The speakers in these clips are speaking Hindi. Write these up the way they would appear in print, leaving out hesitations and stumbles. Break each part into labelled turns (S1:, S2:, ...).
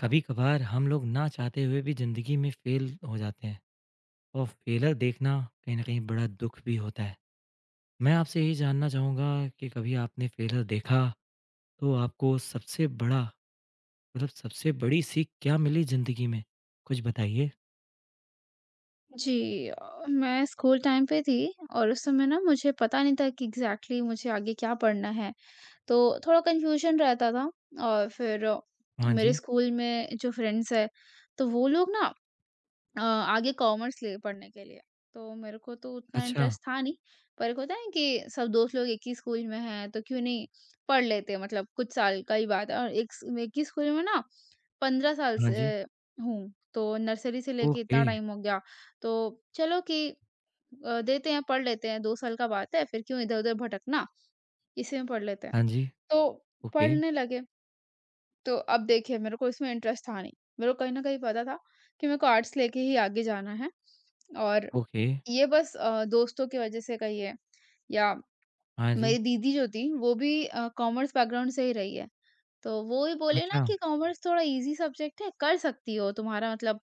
S1: कभी कभार हम लोग ना चाहते हुए भी जिंदगी में फेल हो जाते हैं और फेलर देखना कहीं ना कहीं बड़ा दुख भी होता है। मैं आपसे यही जानना चाहूंगा कि कभी आपने फेलर देखा तो आपको सबसे बड़ा मतलब सबसे बड़ी सीख क्या मिली जिंदगी में, कुछ बताइए।
S2: जी मैं स्कूल टाइम पे थी और उस समय ना मुझे पता नहीं था कि एग्जैक्टली exactly मुझे आगे क्या पढ़ना है। तो थोड़ा कंफ्यूजन रहता था। और फिर
S1: हाँ
S2: मेरे
S1: जी।
S2: स्कूल में जो फ्रेंड्स है तो वो लोग ना आगे कॉमर्स लिए पढ़ने के लिए। तो मेरे को तो उतना
S1: अच्छा।
S2: इंटरेस्ट था नहीं, पर एक होता है ना कि सब दोस्त लोग एक ही स्कूल में हैं तो क्यों नहीं पढ़ लेते, मतलब कुछ साल का ही बात है और एक ही स्कूल में ना 15 साल
S1: हाँ जी।
S2: से हूँ, तो नर्सरी से लेके
S1: ओके।
S2: इतना टाइम हो गया। तो चलो कि देते हैं, पढ़ लेते हैं, 2 साल का बात है, फिर क्यों इधर-उधर भटकना, इसी में पढ़ लेते हैं।
S1: हाँ जी।
S2: तो
S1: ओके।
S2: पढ़ने लगे। तो अब देखिए मेरे को इसमें इंटरेस्ट था नहीं। मेरे को कहीं न कहीं पता था कि मेरे को आर्ट्स लेके ही आगे जाना है और
S1: ओके।
S2: ये बस दोस्तों की वज़ह से कहिए या
S1: हाँ जी।
S2: मेरी दीदी जो थी वो भी कॉमर्स बैकग्राउंड से ही रही है। तो वो ही बोले ना
S1: अच्छा।
S2: कि कॉमर्स थोड़ा ईज़ी सब्जेक्ट है, कर सकती हो, तुम्हारा मतलब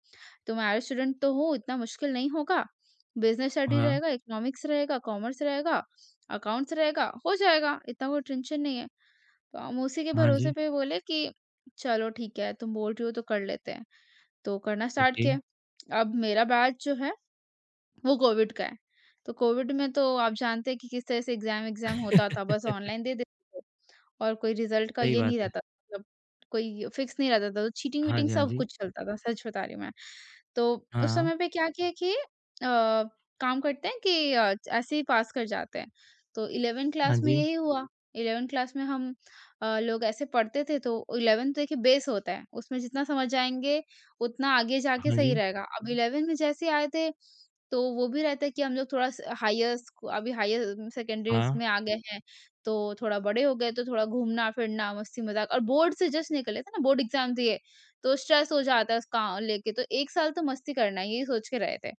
S2: तुम आईआईटी स्टूडेंट तो हो, इतना मुश्किल नहीं होगा। बिज़नेस स्टडी
S1: हाँ।
S2: रहेगा, इकोनॉमिक्स रहेगा, कॉमर्स रहेगा, अकाउंट्स रहेगा, हो जाएगा, इतना कोई टेंशन नहीं है। तो हम उसी के
S1: हाँ जी।
S2: भरोसे पे बोले कि चलो ठीक है, तुम बोल रही हो तो कर लेते हैं। तो करना स्टार्ट
S1: ओके।
S2: किया। अब मेरा बैच जो है वो कोविड का है। तो कोविड में तो आप जानते हैं कि किस तरह से एग्ज़ाम-एग्ज़ाम होता था, बस ऑनलाइन दे देते थे। और कोई रिज़ल्ट का
S1: सही
S2: ये नहीं
S1: बात है।
S2: रहता, मतलब कोई फिक्स नहीं रहता था, तो
S1: हाँ
S2: चीटिंग-वीटिंग
S1: जी, हाँ
S2: सब
S1: जी।
S2: कुछ चलता था, सच बता रही हूँ मैं। तो उस
S1: हाँ।
S2: समय पे क्या किया कि काम करते हैं कि ऐसे ही पास कर जाते हैं। तो 11th
S1: हाँ
S2: क्लास में
S1: जी।
S2: यही हुआ। 11th क्लास में हम लोग ऐसे पढ़ते थे, तो 11th देखिए बेस होता है, उसमें जितना समझ आएँगे उतना आगे जाके
S1: हाँ
S2: सही
S1: जी।
S2: रहेगा। अब 11th में जैसे आए थे, तो वो भी रहता है कि हम लोग थोड़ा स हायर स्कू अभी हायर सेकेंडरी
S1: हाँ।
S2: इसमें आ गए हैं, तो थोड़ा बड़े हो गए, तो थोड़ा घूमना-फिरना, मस्ती-मज़ाक, और बोर्ड से जस्ट निकले थे ना, बोर्ड एग्ज़ाम दिए, तो स्ट्रेस हो जाता है उसका लेके, तो 1 साल तो मस्ती करना है, यही सोच के रहे थे।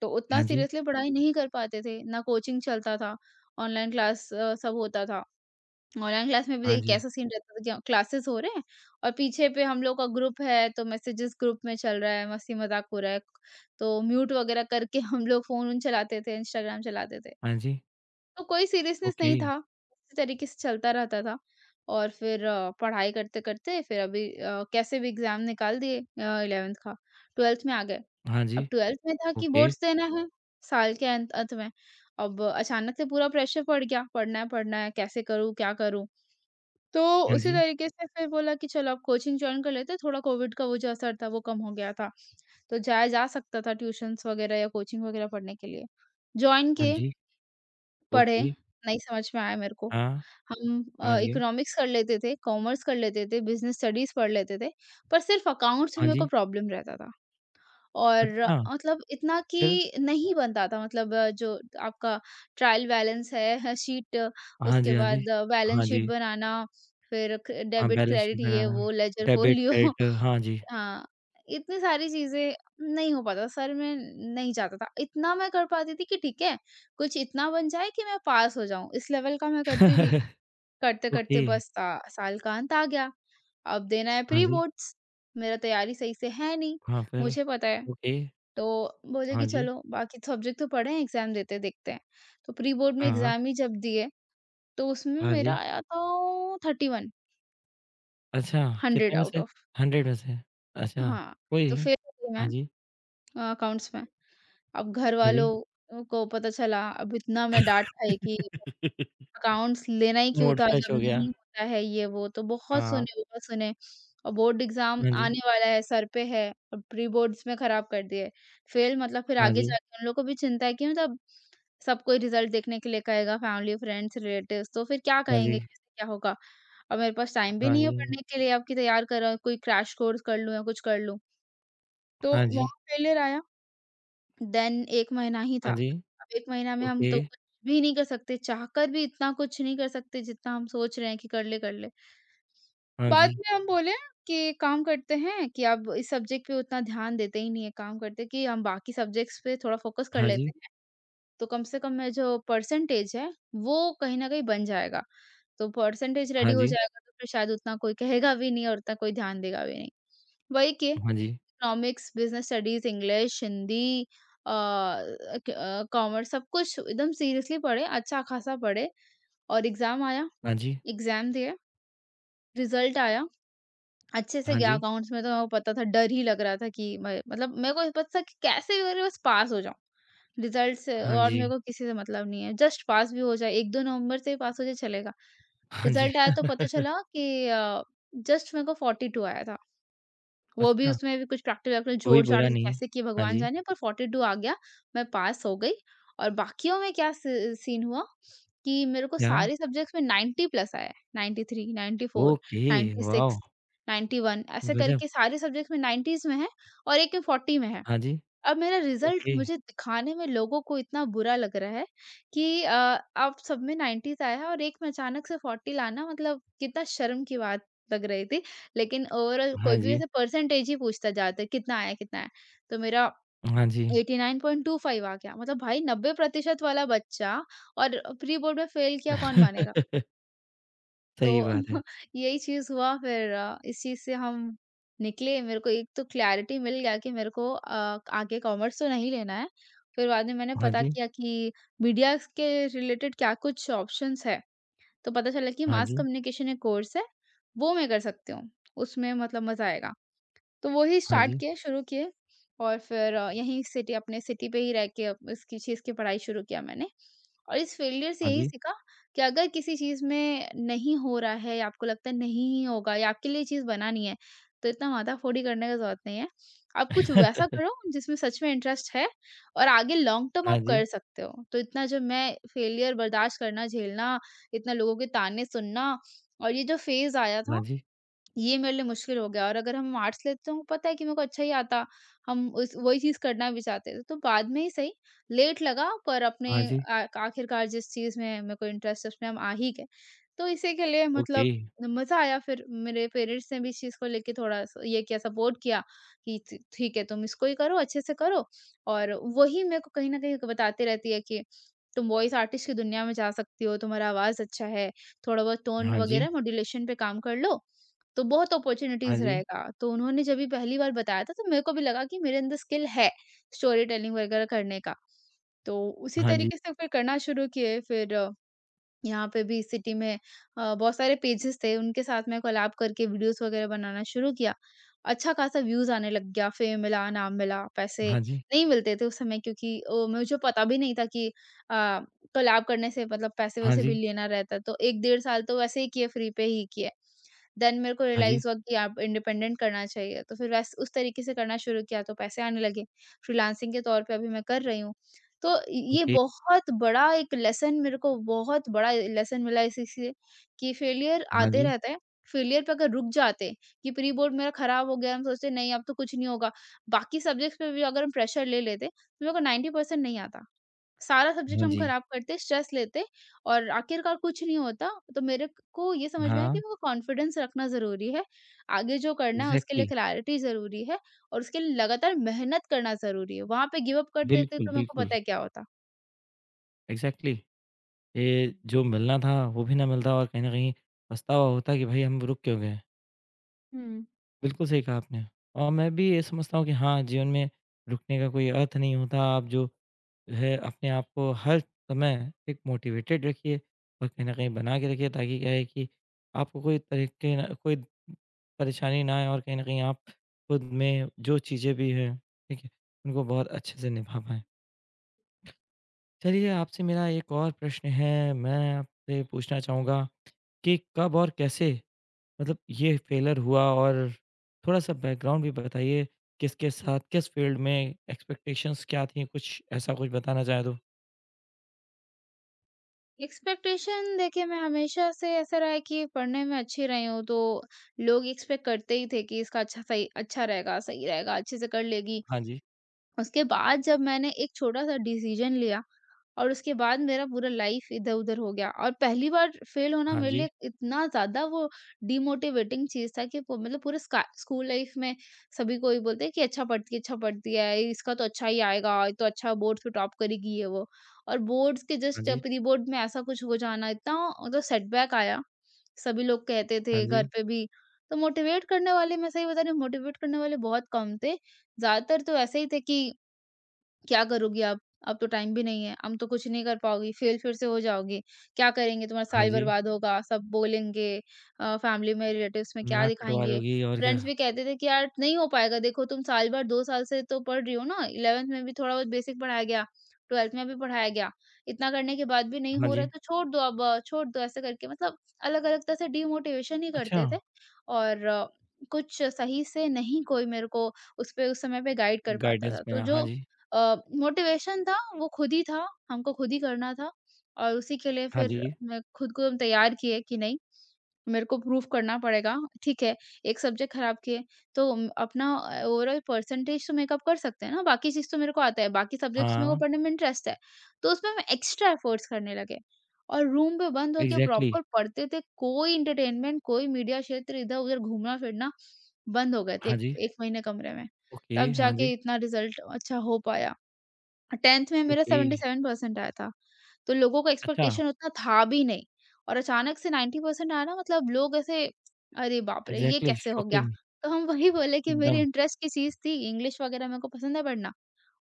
S2: तो उतना
S1: हाँ जी।
S2: सीरियसली पढ़ाई नहीं कर पाते थे, ना कोचिंग चलता था, ऑनलाइन क्लास सब होता था। ऑनलाइन क्लास में भी
S1: हाँ
S2: देखिए
S1: जी।
S2: कैसा सीन रहता था कि हाँ, क्लासेस हो रहे हैं और पीछे पे हम लोग का ग्रुप है, तो मैसेजेस ग्रुप में चल रहा है, मस्ती-मज़ाक हो रहा है, तो म्यूट वगैरह करके हम लोग फ़ोन-वोन चलाते थे, इंस्टाग्राम चलाते थे।
S1: हाँ जी,
S2: तो कोई सीरियसनेस
S1: ओके।
S2: नहीं था, इसी तरीके से चलता रहता था और फिर पढ़ाई करते-करते फिर अभी कैसे भी एग्ज़ाम निकाल दिए, 11th का, 12th में आ गए।
S1: हाँ
S2: अब
S1: जी,
S2: 12th में था कि
S1: ओके।
S2: बोर्ड्स देना है साल के अंत अंत में, अब अचानक से पूरा प्रेशर पड़ गया, पढ़ना है, कैसे करूँ, क्या करूँ? तो
S1: हाँ
S2: उसी
S1: जी,
S2: तरीके से फिर बोला कि चलो अब कोचिंग जॉइन कर लेते हैं, थोड़ा कोविड का वो जो असर था वो कम हो गया था, तो जाया जा सकता था ट्यूशन्स वगैरह या कोचिंग वगैरह पढ़ने के लिए। जॉइन
S1: हाँ
S2: किए,
S1: जी,
S2: पढ़े,
S1: ओके।
S2: नहीं समझ में आया मेरे को।
S1: हाँ,
S2: हम
S1: समझ गया।
S2: इकोनॉमिक्स कर लेते थे, कॉमर्स कर लेते थे, बिज़नेस स्टडीज़ पढ़ लेते थे, पर सिर्फ़ अकाउंट्स में
S1: हाँ
S2: मेरे को
S1: जी,
S2: प्रॉब्लम रहता था। और
S1: अच्छा,
S2: मतलब इतना
S1: फिर?
S2: कि नहीं बनता था, मतलब जो आपका ट्रायल बैलेंस है, शीट,
S1: हाँ
S2: उसके
S1: जी, हाँ जी।
S2: बाद बैलेंस
S1: हाँ
S2: शीट
S1: जी,
S2: बनाना, फिर क
S1: हाँ,
S2: डेबिट,
S1: बैलेंस शीट
S2: क्रेडिट ये
S1: बनाना,
S2: वो, लेजर,
S1: डेबिट,
S2: फ़ोलियो
S1: क्रेडिट हाँ जी।
S2: हाँ, इतनी सारी चीज़ें नहीं हो पाता, सर में नहीं जाता था। इतना मैं कर पाती थी कि ठीक है, कुछ इतना बन जाए कि मैं पास हो जाऊँ, इस लेवल का मैं करती थी। करते-करते
S1: ओके,
S2: बस सा साल का अंत आ गया, अब देना है
S1: हाँ
S2: प्री
S1: जी,
S2: बोर्ड्स, मेरा तैयारी सही से है नहीं,
S1: हाँ, फिर?
S2: मुझे पता है।
S1: ओके,
S2: तो बोले
S1: हाँ
S2: कि
S1: जी,
S2: चलो, बाकी सब्जेक्ट तो पढ़े हैं, एग्ज़ाम देते हैं, देखते हैं। तो प्री बोर्ड में
S1: हाँ, हाँ,
S2: एग्ज़ाम ही जब दिए, तो उसमें
S1: हाँ
S2: मेरा
S1: जी।
S2: आया था 31,
S1: अच्छा,
S2: 100
S1: कितने में
S2: आउट
S1: से?
S2: ऑफ,
S1: 100 में से? अच्छा,
S2: हाँ,
S1: कोई
S2: तो
S1: नहीं।
S2: फेल हो गई
S1: हाँ
S2: मैं
S1: जी,
S2: अकाउंट्स में। अब घर
S1: हाँ जी।
S2: वालों को पता चला, अब इतना मैं डाँट खाई कि अकाउंट्स लेना ही क्यों
S1: मूड
S2: था
S1: फ्रेश
S2: जब
S1: हो गया।
S2: नहीं होता है ये वो, तो बहुत
S1: हाँ,
S2: सुने, बहुत सुने। और बोर्ड एग्ज़ाम
S1: हाँ जी,
S2: आने वाला है, सर पे है और प्री बोर्ड्स में खराब कर दिए। फ़ेल मतलब फिर
S1: हाँ
S2: आगे
S1: जी,
S2: जाके उन लोग को भी चिंता है कि मतलब सब कोई रिज़ल्ट देखने के लिए कहेगा, फैमिली, फ्रेंड्स, रिलेटिव्स, तो फिर क्या
S1: हाँ जी,
S2: कहेंगे, कैसे क्या होगा? अब मेरे पास टाइम भी
S1: हाँ
S2: नहीं है
S1: जी, हाँ जी,
S2: पढ़ने के लिए, अब कि तैयार कर रहा हूँ, कोई क्रैश कोर्स कर लूँ या कुछ कर लूँ, तो
S1: हाँ जी।
S2: वहाँ फ़ेलियर आया। देन 1 महीना ही
S1: हाँ
S2: था।
S1: जी,
S2: अब 1 महीना में हम
S1: ओके,
S2: तो कुछ भी नहीं कर सकते, चाहकर भी इतना कुछ नहीं कर सकते जितना हम सोच रहे हैं कि कर ले, कर ले।
S1: हाँ
S2: बाद
S1: जी,
S2: में हम बोले कि काम करते हैं कि अब इस सब्जेक्ट पे उतना ध्यान देते ही नहीं है, काम करते हैं कि हम बाकी सब्जेक्ट्स पे थोड़ा फोकस कर
S1: हाँ जी,
S2: लेते हैं, तो कम से कम मेरा जो परसेंटेज है, वो कहीं न कहीं बन जाएगा। तो परसेंटेज
S1: हाँ
S2: रेडी हो
S1: जी,
S2: जाएगा तो फिर शायद उतना कोई कहेगा भी नहीं और उतना कोई ध्यान देगा भी नहीं। वही कि
S1: हाँ जी,
S2: economics, business studies, English, Hindi, commerce, सब कुछ एकदम सीरियसली पढ़े, अच्छा खासा पढ़े और एग्ज़ाम आया,
S1: हाँ जी,
S2: एग्ज़ाम दिए, रिज़ल्ट आया, अच्छे से
S1: हाँ
S2: गया
S1: जी,
S2: अकाउंट्स में तो मेरे को पता था, डर ही लग रहा था कि मैं, मतलब मेरे को पता था कि कैसे भी करके बस पास हो जाऊँ। रिज़ल्ट से
S1: हाँ
S2: और मेरे
S1: जी,
S2: को किसी से मतलब नहीं है, जस्ट पास भी हो जाए, 1-2 नंबर से ही पास हो जाए चलेगा।
S1: हाँ जी।
S2: रिज़ल्ट आया तो पता चला कि जस्ट मेरे को 42 आया था। वो भी,
S1: अच्छा,
S2: उसमें भी कुछ प्रैक्टिस वैक्टिस
S1: कोई
S2: जोड़-जाड़
S1: बुरा
S2: के
S1: नहीं।
S2: कैसे किए
S1: हाँ
S2: भगवान
S1: जी,
S2: जाने, पर 42 आ गया, मैं पास हो गई और बाकियों में क्या सी सीन हुआ कि मेरे को
S1: क्या?
S2: सारे सब्जेक्ट्स में 90 प्लस आया है, 93, 94,
S1: ओके, वॉव!
S2: 96, 91 ऐसे
S1: गज़ब!
S2: करके सारे सब्जेक्ट्स में 90s में है और एक में 40 में है।
S1: हाँ जी,
S2: अब मेरा रिज़ल्ट
S1: ओके,
S2: मुझे दिखाने में लोगों को इतना बुरा लग रहा है कि अब सब में 90s आया है और एक में अचानक से 40 लाना, मतलब कितना शर्म की बात लग रही थी। लेकिन ओवरऑल
S1: हाँ
S2: कोई भी
S1: जी,
S2: वैसे परसेंटेज ही पूछता ज़्यादातर, कितना आया, कितना आया? तो मेरा
S1: हाँ जी।
S2: 89.25 आ गया। मतलब भाई 90% वाला बच्चा और प्री बोर्ड में फ़ेल किया, कौन मानेगा? तो
S1: सही बात है।
S2: यही चीज़ हुआ, फिर इस चीज़ से हम निकले, मेरे को एक तो क्लैरिटी मिल गया कि मेरे को आगे कॉमर्स तो नहीं लेना है। फिर बाद में मैंने
S1: हाँ
S2: पता
S1: जी,
S2: किया कि मीडिया के रिलेटेड क्या कुछ ऑप्शंस है, तो पता चला कि
S1: हाँ
S2: मास
S1: जी,
S2: कम्युनिकेशन एक कोर्स है, वो मैं कर सकती हूँ। उसमें मतलब मज़ा आएगा। तो वही
S1: हाँ
S2: स्टार्ट
S1: जी,
S2: किए, शुरू किए और फिर यहीं सिटी अपने सिटी पे ही रह के अप इसकी चीज़ की पढ़ाई शुरू किया मैंने। और इस फेलियर से
S1: हाँ
S2: यही
S1: जी।
S2: सीखा कि अगर किसी चीज़ में नहीं हो रहा है या आपको लगता है नहीं ही होगा या आपके लिए ये चीज़ बना नहीं है, तो इतना माथा-फोड़ी करने का ज़रूरत नहीं है। आप कुछ वैसा करो जिसमें सच में इंटरेस्ट है और आगे लॉन्ग टर्म
S1: हाँ
S2: आप
S1: जी,
S2: कर सकते हो। तो इतना जो मैं फेलियर बर्दाश्त करना, झेलना, इतना लोगों के ताने सुनना और ये जो फेज़ आया
S1: हाँ
S2: था,
S1: जी,
S2: ये मेरे लिए मुश्किल हो गया और अगर हम आर्ट्स लेते तो हमको पता है कि मेरे को अच्छा ही आता, हम उस वही चीज़ करना भी चाहते थे। तो बाद में ही सही, लेट लगा पर अपने
S1: हाँ जी,
S2: आ आखिरकार जिस चीज़ में मेरे को इंटरेस्ट है उसमें हम आ ही गए। तो इसी के लिए
S1: ओके,
S2: मतलब मज़ा आया, फिर मेरे पेरेंट्स ने भी इस चीज़ को लेके थोड़ा स ये किया सपोर्ट किया कि ठी ठीक है, तुम इसको ही करो, अच्छे से करो और वही मेरे को कहीं न कहीं बताती रहती है कि तुम वॉइस आर्टिस्ट की दुनिया में जा सकती हो, तुम्हारा आवाज़ अच्छा है, थोड़ा बहुत टोन
S1: हाँ जी,
S2: वगैरह मॉड्यूलेशन पे काम कर लो तो बहुत
S1: हाँ
S2: अपॉर्च्युनिटीज़
S1: जी,
S2: रहेगा। तो उन्होंने जब भी पहली बार बताया था तो मेरे को भी लगा कि मेरे अंदर स्किल है, स्टोरी टेलिंग वगैरह करने का। तो उसी
S1: हाँ जी,
S2: तरीके से फिर करना शुरू किए, फिर यहाँ पे भी सिटी में बहुत सारे पेजेज़ थे, उनके साथ मैं कोलैब करके वीडियोज़ वगैरह बनाना शुरू किया। अच्छा खासा व्यूज़ आने लग गया, फ़ेम मिला, नाम मिला, पैसे
S1: हाँ जी,
S2: नहीं मिलते थे उस समय क्योंकि मुझे पता भी नहीं था कि अ, कोलैब करने से मतलब
S1: हाँ
S2: पैसे-वैसे भी
S1: जी,
S2: लेना रहता है। तो 1 डेढ़ साल तो वैसे ही किए फ्री पे ही किए। देन मेरे को
S1: हाँ जी,
S2: रियलाइज़ हुआ कि आप इंडिपेंडेंट करना चाहिए, तो फिर वैस उस तरीके से करना शुरू किया तो पैसे आने लगे। फ्रीलांसिंग के तौर पे अभी मैं कर रही हूँ। तो ये
S1: ओके,
S2: बहुत बड़ा एक लेसन मेरे को बहुत बड़ा लेसन मिला इसी से कि फेलियर
S1: हाँ
S2: आते
S1: जी,
S2: रहते हैं। फेलियर पे अगर रुक जाते कि प्री बोर्ड मेरा खराब हो गया, हम सोचते नहीं अब तो कुछ नहीं होगा। बाकी सब्जेक्ट्स पे भी अगर हम प्रेशर ले लेते तो मेरे को 90% नहीं आता। सारा सब्जेक्ट
S1: हाँ
S2: हम
S1: जी,
S2: खराब करते, स्ट्रेस लेते और आखिरकार कुछ नहीं होता। तो मेरे को ये समझ में आया कि
S1: हाँ।
S2: मेरे को कॉन्फिडेंस रखना ज़रूरी है। आगे जो करना है उसके लिए
S1: एग्ज़ैक्टली।
S2: क्लैरिटी ज़रूरी है और उसके लिए लगातार मेहनत करना ज़रूरी है। वहाँ पे गिव अप कर देते
S1: बिल्कुल,
S2: तो मेरे को
S1: बिल्कुल,
S2: पता है क्या होता।
S1: एग्ज़ैक्टली ये जो मिलना था वो भी ना मिलता और कहीं न कहीं पछतावा होता कि भाई हम रुक क्यों गए।
S2: हुँ।
S1: बिल्कुल सही कहा आपने और मैं भी ये समझता हूँ कि हाँ, जीवन में रुकने का कोई अर्थ नहीं होता। आप जो है अपने आप को हर समय एक मोटिवेटेड रखिए और कहीं न कहीं बना के रखिए ताकि क्या है कि आपको कोई तरीके ना कोई परेशानी ना आए और कहीं न कहीं आप खुद में जो चीज़ें भी हैं, ठीक है, उनको बहुत अच्छे से निभा पाएँ। चलिए, आपसे मेरा एक और प्रश्न है। मैं आपसे पूछना चाहूँगा कि कब और कैसे मतलब ये फेलियर हुआ और थोड़ा-सा बैकग्राउंड भी बताइए, किसके साथ, किस फ़ील्ड में, एक्सपेक्टेशंस क्या थी? कुछ ऐसा कुछ बताना चाहें तो?
S2: एक्सपेक्टेशन देखिए मैं हमेशा से ऐसा रहा है कि पढ़ने में अच्छी रही हूँ तो लोग एक्सपेक्ट करते ही थे कि इसका अच्छा सही अच्छा रहेगा, सही रहेगा, अच्छे से कर लेगी।
S1: हाँ जी।
S2: उसके बाद जब मैंने एक छोटा-सा डिसीजन लिया और उसके बाद मेरा पूरा लाइफ इधर-उधर हो गया और पहली बार फेल होना
S1: हाँ
S2: मेरे
S1: जी।
S2: लिए इतना ज़्यादा वो डिमोटिवेटिंग चीज़ था कि वो मतलब पूरे स्का स्कूल लाइफ में सभी को ये बोलते हैं कि अच्छा पढ़ती है, इसका तो अच्छा ही आएगा, ये तो अच्छा बोर्ड्स में टॉप करेगी ये वो। और बोर्ड्स के
S1: हाँ
S2: जस्ट
S1: जी।
S2: प्री बोर्ड में ऐसा कुछ हो जाना इतना मतलब सेटबैक आया, सभी लोग कहते
S1: हाँ
S2: थे
S1: जी।
S2: घर पे भी। तो मोटिवेट करने वाले मैं सही बता रही हूँ मोटिवेट करने वाले बहुत कम थे। ज़्यादातर तो ऐसे ही थे कि क्या करोगी आप? अब तो टाइम भी नहीं है, अब तो कुछ नहीं कर पाओगी, फ़ेल फिर से हो जाओगी, क्या करेंगे? तुम्हारा
S1: हाँ
S2: साल
S1: जी।
S2: बर्बाद होगा, सब बोलेंगे फैमिली में, रिलेटिव्स में क्या
S1: नाक कटवा
S2: दिखाएँगे?
S1: दोगी और क्या।
S2: फ्रेंड्स भी कहते थे कि यार नहीं हो पाएगा, देखो तुम साल भर 2 साल से तो पढ़ रही हो ना, 11th में भी थोड़ा बहुत बेसिक पढ़ाया गया, 12th में भी पढ़ाया गया, इतना करने के बाद भी नहीं
S1: हाँ
S2: हो रहा है,
S1: जी।
S2: तो छोड़ दो अब, छोड़ दो ऐसे करके मतलब अलग-अलग तरह से डिमोटिवेशन ही
S1: अच्छा,
S2: करते थे और कुछ सही से नहीं कोई मेरे को उस समय पे गाइड कर पाता
S1: गाइडेंस
S2: था। तो
S1: मिला। हाँ
S2: जो
S1: जी।
S2: अ, मोटिवेशन था, वो खुद ही था, हमको खुद ही करना था और उसी के लिए
S1: हाँ
S2: फिर
S1: जी।
S2: मैं खुद को हम तैयार किए कि नहीं, मेरे को प्रूव करना पड़ेगा। ठीक है, एक सब्जेक्ट खराब किए, तो अपना ओवरऑल परसेंटेज तो मेकअप कर सकते हैं ना, बाकी चीज़ तो मेरे को आता है, बाकी सब्जेक्ट्स मेरे को
S1: हाँ,
S2: पढ़ने में इंटरेस्ट है। तो उसमें हम एक्स्ट्रा एफर्ट्स करने लगे और रूम में बंद होके
S1: एग्ज़ैक्टली।
S2: प्रॉपर पढ़ते थे, कोई एंटरटेनमेंट, कोई मीडिया क्षेत्र, इधर-उधर घूमना-फिरना बंद हो गए थे,
S1: हाँ
S2: 1
S1: जी।
S2: 1 महीने कमरे में।
S1: ओके,
S2: तब
S1: हाँ जी।
S2: जाके इतना रिज़ल्ट अच्छा हो पाया। 10th में मेरा
S1: ओके।
S2: 77% आया था, तो लोगों का
S1: अच्छा,
S2: एक्सपेक्टेशन उतना था भी नहीं और अचानक से 90% आना मतलब लोग ऐसे अरे बाप रे! ये
S1: एग्ज़ैक्टली,
S2: कैसे हो गया?
S1: शॉकिंग
S2: तो हम वही बोले कि मेरी
S1: एकदम।
S2: इंटरेस्ट की चीज़ थी, इंग्लिश वगैरह मेरे को पसंद है पढ़ना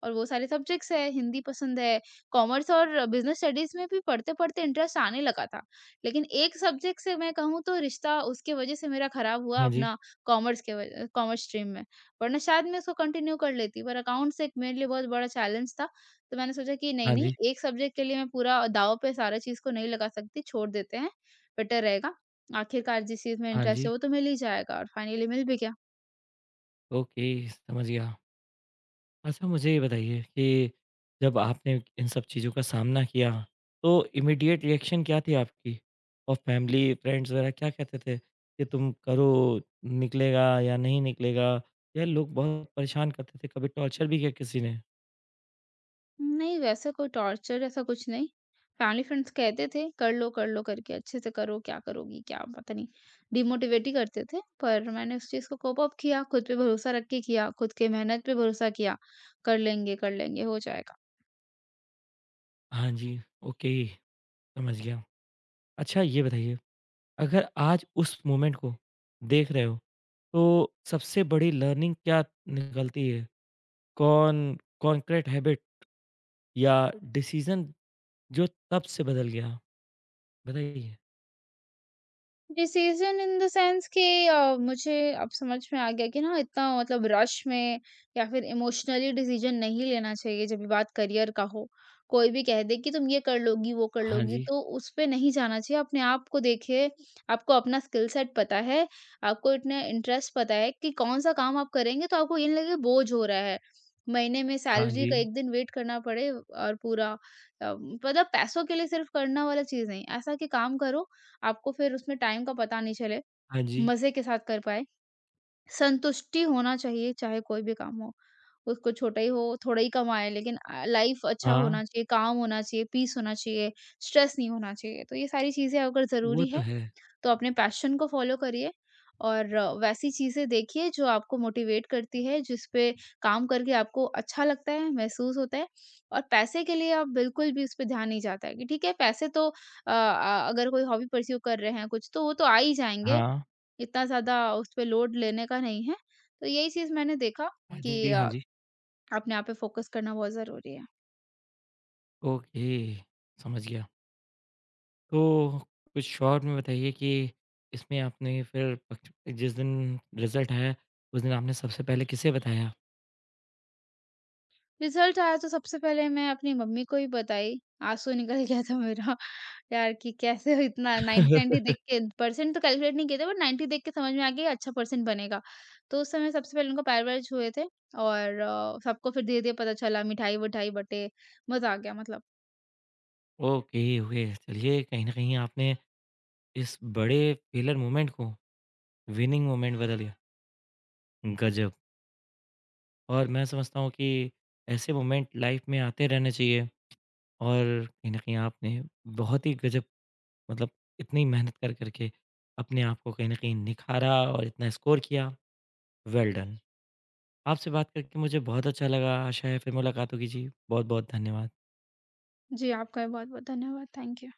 S2: और वो सारे सब्जेक्ट्स हैं, हिंदी पसंद है, कॉमर्स और बिज़नेस स्टडीज़ में भी पढ़ते-पढ़ते इंटरेस्ट आने लगा था। लेकिन एक सब्जेक्ट से मैं कहूँ तो रिश्ता उसके वजह से मेरा खराब हुआ
S1: हाँ जी,
S2: अपना कॉमर्स के वज कॉमर्स स्ट्रीम में, वरना शायद मैं उसको कंटिन्यू कर लेती, पर अकाउंट्स एक मेरे लिए बहुत बड़ा चैलेंज था तो मैंने सोचा कि
S1: हाँ
S2: नहीं-नहीं
S1: जी,
S2: एक सब्जेक्ट के लिए मैं पूरा दाँव पे सारा चीज़ को नहीं लगा सकती, छोड़ देते हैं, बेटर रहेगा। आखिरकार जिस चीज़ में
S1: हाँ
S2: इंटरेस्ट
S1: जी।
S2: है वो तो मिल ही जाएगा और फाइनली मिल भी गया।
S1: ओके, समझ गया। अच्छा मुझे ये बताइए कि जब आपने इन सब चीज़ों का सामना किया, तो इमीडिएट रिएक्शन क्या थी आपकी? और फैमिली, फ्रेंड्स वगैरह क्या कहते थे कि तुम करो, निकलेगा या नहीं निकलेगा? या लोग बहुत परेशान करते थे, कभी टॉर्चर भी किया किसी ने?
S2: नहीं वैसा कोई टॉर्चर ऐसा कुछ नहीं। फैमिली फ्रेंड्स कहते थे कर लो करके अच्छे से करो, क्या करोगी क्या पता नहीं, डिमोटिवेट ही करते थे। पर मैंने उस चीज़ को कोप अप किया, खुद पे भरोसा रख के किया, खुद के मेहनत पे भरोसा किया, कर लेंगे हो जाएगा।
S1: हाँ जी, ओके, समझ गया। अच्छा ये बताइए, अगर आज उस मोमेंट को देख रहे हो, तो सबसे बड़ी लर्निंग क्या निकलती है? कौन कॉन्क्रीट हैबिट या डिसीजन जो तब से बदल गया? बताइए?
S2: डिसीज़न इन द सेंस कि मुझे अब समझ में आ गया कि ना इतना मतलब रश में या फिर इमोशनली डिसीज़न नहीं लेना चाहिए जब भी बात करियर का हो। कोई भी कह दे कि तुम ये कर लोगी, वो कर
S1: हाँ
S2: लोगी
S1: जी,
S2: तो उस पे नहीं जाना चाहिए। अपने आप को देखिए, आपको अपना स्किल सेट पता है, आपको इतने इंटरेस्ट पता है कि कौन-सा काम आप करेंगे तो आपको ये नहीं लगेगा बोझ हो रहा है। महीने में
S1: हाँ
S2: सैलरी
S1: जी,
S2: का 1 दिन वेट करना पड़े और पूरा मतलब पैसों के लिए सिर्फ़ करना वाला चीज़ नहीं। ऐसा कि काम करो आपको फिर उसमें टाइम का पता नहीं चले,
S1: हाँ जी,
S2: मज़े के साथ कर पाएँ। संतुष्टि होना चाहिए चाहे कोई भी काम हो। उसको छोटा ही हो, थोड़ा ही कमाएँ लेकिन लाइफ़ अच्छा
S1: हाँ,
S2: होना चाहिए, काम होना चाहिए, पीस होना चाहिए, स्ट्रेस नहीं होना चाहिए। तो ये सारी चीज़ें अगर
S1: वो
S2: ज़रूरी
S1: तो
S2: है
S1: है।
S2: तो अपने पैशन को फ़ॉलो करिए और वैसी चीज़ें देखिए जो आपको मोटिवेट करती है, जिस पे काम करके आपको अच्छा लगता है, महसूस होता है और पैसे के लिए आप बिल्कुल भी उस पे ध्यान नहीं जाता है कि ठीक है पैसे तो अगर कोई हॉबी परस्यू कर रहे हैं कुछ तो वो तो आ ही जाएँगे,
S1: हाँ,
S2: इतना ज़्यादा उस पे लोड लेने का नहीं है। तो यही चीज़ मैंने देखा
S1: हाँ
S2: कि
S1: जी, हाँ जी।
S2: अपने आप पे फ़ोकस करना बहुत ज़रूरी है।
S1: ओके, समझ गया। तो कुछ शॉर्ट में बताइए कि इसमें आपने फिर पक्ष जिस दिन रिज़ल्ट आया, उस दिन आपने सबसे पहले किसे बताया?
S2: रिज़ल्ट आया तो सबसे पहले मैं अपनी मम्मी को ही बताई, आँसू निकल गया था मेरा यार कि कैसे हो इतना 90-90 देख के परसेंट तो कैलकुलेट नहीं किए थे बट 90 देख के समझ में आ गया अच्छा परसेंट बनेगा। तो उस समय सबसे पहले उनको पैरवाइज हुए थे और सबको फिर धीरे-धीरे पता चला मिठाई-विठाई बँटे, मज़ा आ गया मतलब।
S1: Okay, okay. चलिए, कहीं न कहीं आपने इस बड़े फेलियर मोमेंट को विनिंग मोमेंट बदल दिया। गज़ब! और मैं समझता हूँ कि ऐसे मोमेंट लाइफ में आते रहने चाहिए और कहीं न कहीं आपने बहुत ही गज़ब मतलब इतनी मेहनत कर कर के अपने आप को कहीं न कहीं निखारा और इतना स्कोर किया, वेल डन। आपसे बात करके मुझे बहुत अच्छा लगा, आशा है फिर मुलाकात होगी जी। बहुत-बहुत धन्यवाद।
S2: जी, आपका भी बहुत-बहुत धन्यवाद। Thank you.